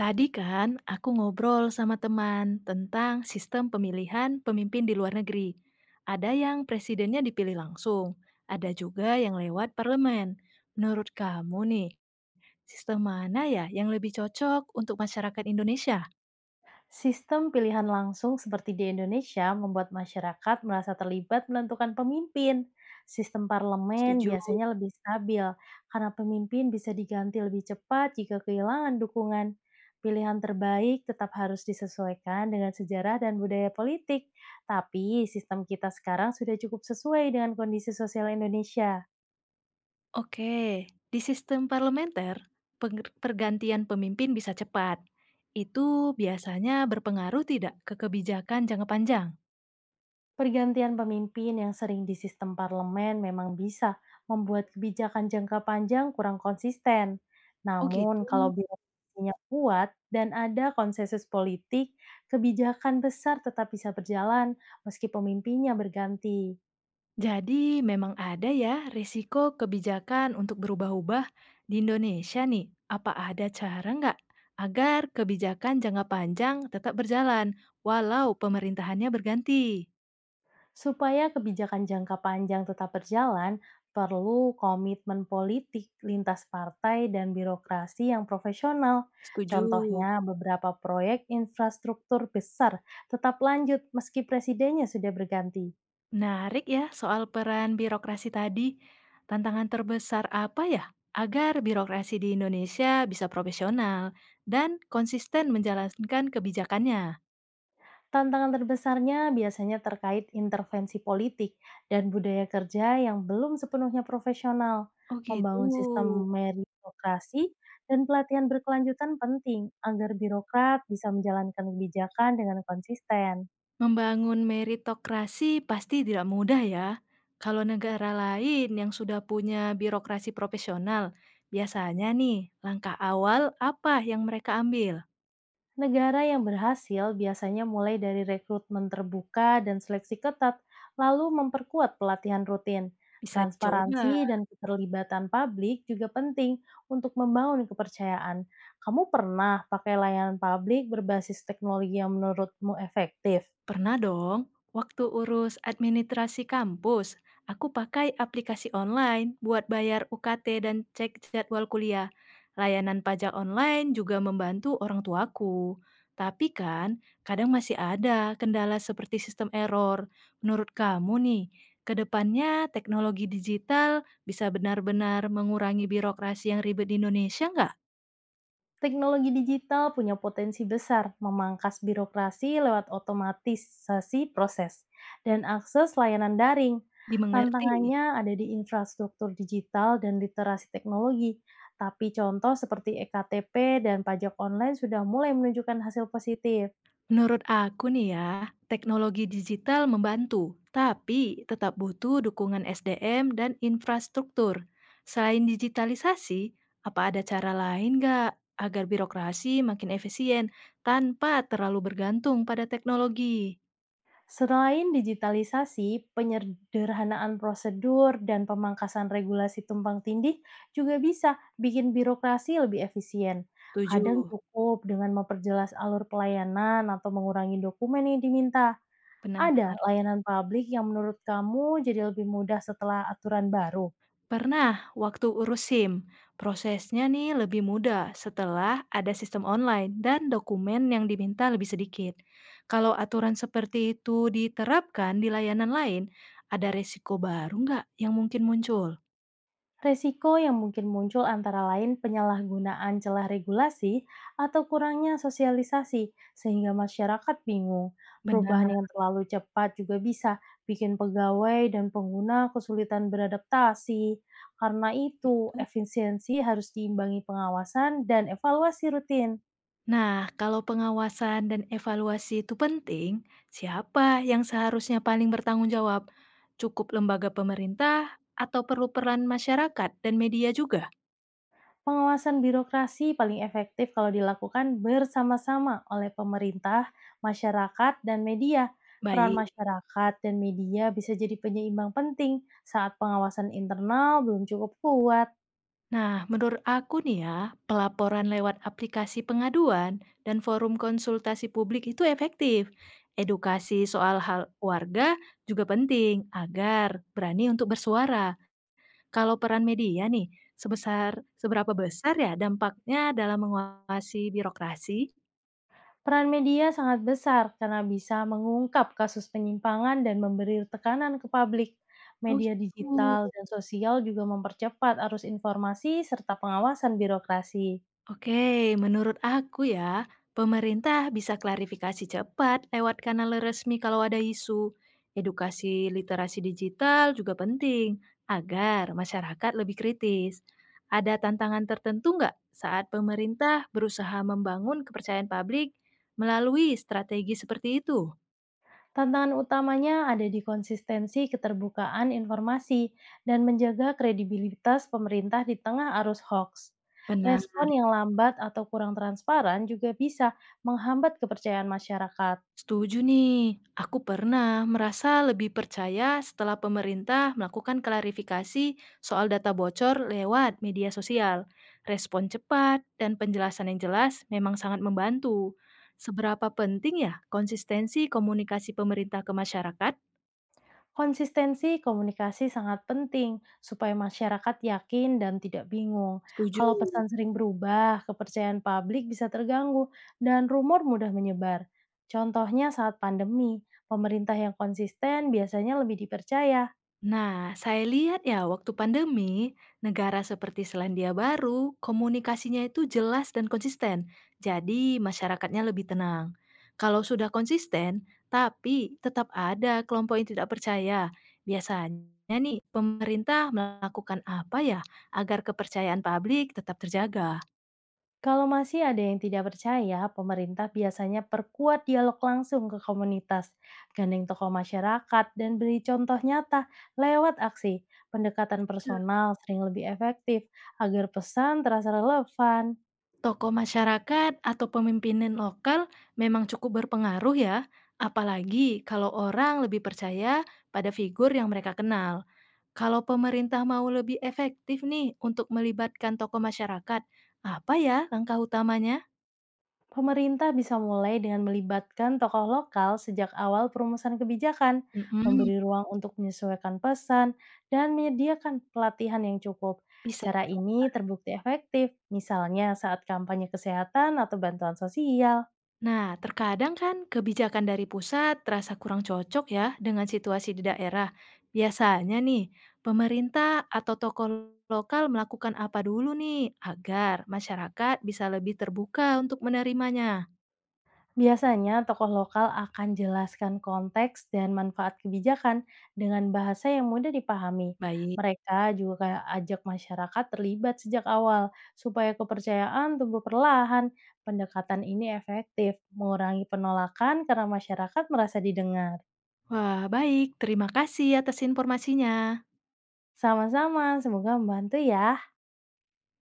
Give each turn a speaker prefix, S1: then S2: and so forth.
S1: Tadi kan aku ngobrol sama teman tentang sistem pemilihan pemimpin di luar negeri. Ada yang presidennya dipilih langsung, ada juga yang lewat parlemen. Menurut kamu nih, sistem mana ya yang lebih cocok untuk masyarakat Indonesia?
S2: Sistem pilihan langsung seperti di Indonesia membuat masyarakat merasa terlibat menentukan pemimpin. Sistem parlemen
S1: Setuju.
S2: biasanya lebih stabil karena pemimpin bisa diganti lebih cepat jika kehilangan dukungan. Pilihan terbaik tetap harus disesuaikan dengan sejarah dan budaya politik, tapi sistem kita sekarang sudah cukup sesuai dengan kondisi sosial Indonesia.
S1: Oke, di sistem parlementer, pergantian pemimpin bisa cepat. Itu biasanya berpengaruh tidak ke kebijakan jangka panjang?
S2: Pergantian pemimpin yang sering di sistem parlemen memang bisa membuat kebijakan jangka panjang kurang konsisten.
S1: Oh gitu.
S2: Namun, kalau birokrasinya kuat dan ada konsensus politik, kebijakan besar tetap bisa berjalan meski pemimpinnya berganti.
S1: Jadi memang ada ya risiko kebijakan untuk berubah-ubah di Indonesia nih. Apa ada cara nggak agar kebijakan jangka panjang tetap berjalan walau pemerintahannya berganti?
S2: Supaya kebijakan jangka panjang tetap berjalan, perlu komitmen politik lintas partai dan birokrasi yang profesional.
S1: Setuju.
S2: Contohnya, beberapa proyek infrastruktur besar tetap lanjut meski presidennya sudah berganti.
S1: Menarik ya soal peran birokrasi tadi. Tantangan terbesar apa ya agar birokrasi di Indonesia bisa profesional dan konsisten menjalankan kebijakannya?
S2: Tantangan terbesarnya biasanya terkait intervensi politik dan budaya kerja yang belum sepenuhnya profesional.
S1: Oh gitu.
S2: Membangun sistem meritokrasi dan pelatihan berkelanjutan penting agar birokrat bisa menjalankan kebijakan dengan konsisten.
S1: Membangun meritokrasi pasti tidak mudah ya. Kalau negara lain yang sudah punya birokrasi profesional, biasanya nih langkah awal apa yang mereka ambil?
S2: Negara yang berhasil biasanya mulai dari rekrutmen terbuka dan seleksi ketat, lalu memperkuat pelatihan rutin.
S1: Bisa dicoba.
S2: Transparansi dan keterlibatan publik juga penting untuk membangun kepercayaan. Kamu pernah pakai layanan publik berbasis teknologi yang menurutmu efektif?
S1: Pernah dong, waktu urus administrasi kampus, aku pakai aplikasi online buat bayar UKT dan cek jadwal kuliah. Layanan pajak online juga membantu orang tuaku. Tapi kan, kadang masih ada kendala seperti sistem error. Menurut kamu nih, ke depannya teknologi digital bisa benar-benar mengurangi birokrasi yang ribet di Indonesia nggak?
S2: Teknologi digital punya potensi besar memangkas birokrasi lewat otomatisasi proses dan akses layanan daring.
S1: Dimengerti?
S2: Tantangannya ada di infrastruktur digital dan literasi teknologi. Tapi contoh seperti ektp dan pajak online sudah mulai menunjukkan hasil positif.
S1: Menurut aku nih ya, teknologi digital membantu, tapi tetap butuh dukungan SDM dan infrastruktur. Selain digitalisasi, apa ada cara lain nggak agar birokrasi makin efisien tanpa terlalu bergantung pada teknologi?
S2: Selain digitalisasi, penyederhanaan prosedur dan pemangkasan regulasi tumpang tindih juga bisa bikin birokrasi lebih efisien. Kadang
S1: Tujuh,
S2: cukup dengan memperjelas alur pelayanan atau mengurangi dokumen yang diminta.
S1: benar.
S2: Ada layanan publik yang menurut kamu jadi lebih mudah setelah aturan baru?
S1: Pernah, waktu urus SIM, prosesnya nih lebih mudah setelah ada sistem online dan dokumen yang diminta lebih sedikit. Kalau aturan seperti itu diterapkan di layanan lain, ada resiko baru nggak yang mungkin muncul?
S2: Resiko yang mungkin muncul antara lain penyalahgunaan celah regulasi atau kurangnya sosialisasi sehingga masyarakat bingung. Perubahan
S1: Benar
S2: yang terlalu cepat juga bisa bikin pegawai dan pengguna kesulitan beradaptasi. Karena itu,
S1: itu.
S2: efisiensi harus diimbangi pengawasan dan evaluasi rutin.
S1: Nah, kalau pengawasan dan evaluasi itu penting, siapa yang seharusnya paling bertanggung jawab? Cukup lembaga pemerintah atau perlu peran masyarakat dan media juga?
S2: Pengawasan birokrasi paling efektif kalau dilakukan bersama-sama oleh pemerintah, masyarakat, dan media. Peran
S1: Baik.
S2: masyarakat dan media bisa jadi penyeimbang penting saat pengawasan internal belum cukup kuat.
S1: Nah, menurut aku nih ya, pelaporan lewat aplikasi pengaduan dan forum konsultasi publik itu efektif. Edukasi soal hal warga juga penting agar berani untuk bersuara. Kalau peran media nih, seberapa besar ya dampaknya dalam menguasai birokrasi?
S2: Peran media sangat besar karena bisa mengungkap kasus penyimpangan dan memberi tekanan ke publik.
S1: Oh
S2: Media
S1: gitu.
S2: digital dan sosial juga mempercepat arus informasi serta pengawasan birokrasi.
S1: Oke, menurut aku ya, pemerintah bisa klarifikasi cepat lewat kanal resmi kalau ada isu. Edukasi literasi digital juga penting agar masyarakat lebih kritis. Ada tantangan tertentu nggak saat pemerintah berusaha membangun kepercayaan publik melalui strategi seperti itu?
S2: Tantangan utamanya ada di konsistensi keterbukaan informasi dan menjaga kredibilitas pemerintah di tengah arus hoax.
S1: Benar.
S2: Respon yang lambat atau kurang transparan juga bisa menghambat kepercayaan masyarakat.
S1: Setuju nih, aku pernah merasa lebih percaya setelah pemerintah melakukan klarifikasi soal data bocor lewat media sosial. Respon cepat dan penjelasan yang jelas memang sangat membantu. Seberapa penting ya konsistensi komunikasi pemerintah ke masyarakat?
S2: Konsistensi komunikasi sangat penting supaya masyarakat yakin dan tidak bingung.
S1: Setuju.
S2: Kalau pesan sering berubah, kepercayaan publik bisa terganggu dan rumor mudah menyebar. Contohnya saat pandemi, pemerintah yang konsisten biasanya lebih dipercaya.
S1: Nah, saya lihat ya waktu pandemi, negara seperti Selandia Baru, komunikasinya itu jelas dan konsisten. Jadi masyarakatnya lebih tenang. Kalau sudah konsisten, tapi tetap ada kelompok yang tidak percaya. Biasanya nih, pemerintah melakukan apa ya agar kepercayaan publik tetap terjaga?
S2: Kalau masih ada yang tidak percaya, pemerintah biasanya perkuat dialog langsung ke komunitas, gandeng tokoh masyarakat, dan beri contoh nyata lewat aksi. Pendekatan personal sering lebih efektif agar pesan terasa relevan.
S1: Tokoh masyarakat atau pemimpinan lokal memang cukup berpengaruh ya, apalagi kalau orang lebih percaya pada figur yang mereka kenal. Kalau pemerintah mau lebih efektif nih untuk melibatkan tokoh masyarakat, apa ya langkah utamanya?
S2: Pemerintah bisa mulai dengan melibatkan tokoh lokal sejak awal perumusan kebijakan,
S1: Mhm,
S2: memberi ruang untuk menyesuaikan pesan, dan menyediakan pelatihan yang cukup.
S1: bisa.
S2: Cara ini terbukti efektif, misalnya saat kampanye kesehatan atau bantuan sosial.
S1: Nah, terkadang kan kebijakan dari pusat terasa kurang cocok ya dengan situasi di daerah. Biasanya nih, pemerintah atau tokoh lokal melakukan apa dulu nih agar masyarakat bisa lebih terbuka untuk menerimanya?
S2: Biasanya, tokoh lokal akan jelaskan konteks dan manfaat kebijakan dengan bahasa yang mudah dipahami.
S1: Baik.
S2: Mereka juga ajak masyarakat terlibat sejak awal, supaya kepercayaan tumbuh perlahan. Pendekatan ini efektif, mengurangi penolakan karena masyarakat merasa didengar.
S1: Wah, baik. Terima kasih atas informasinya.
S2: Sama-sama, semoga membantu ya.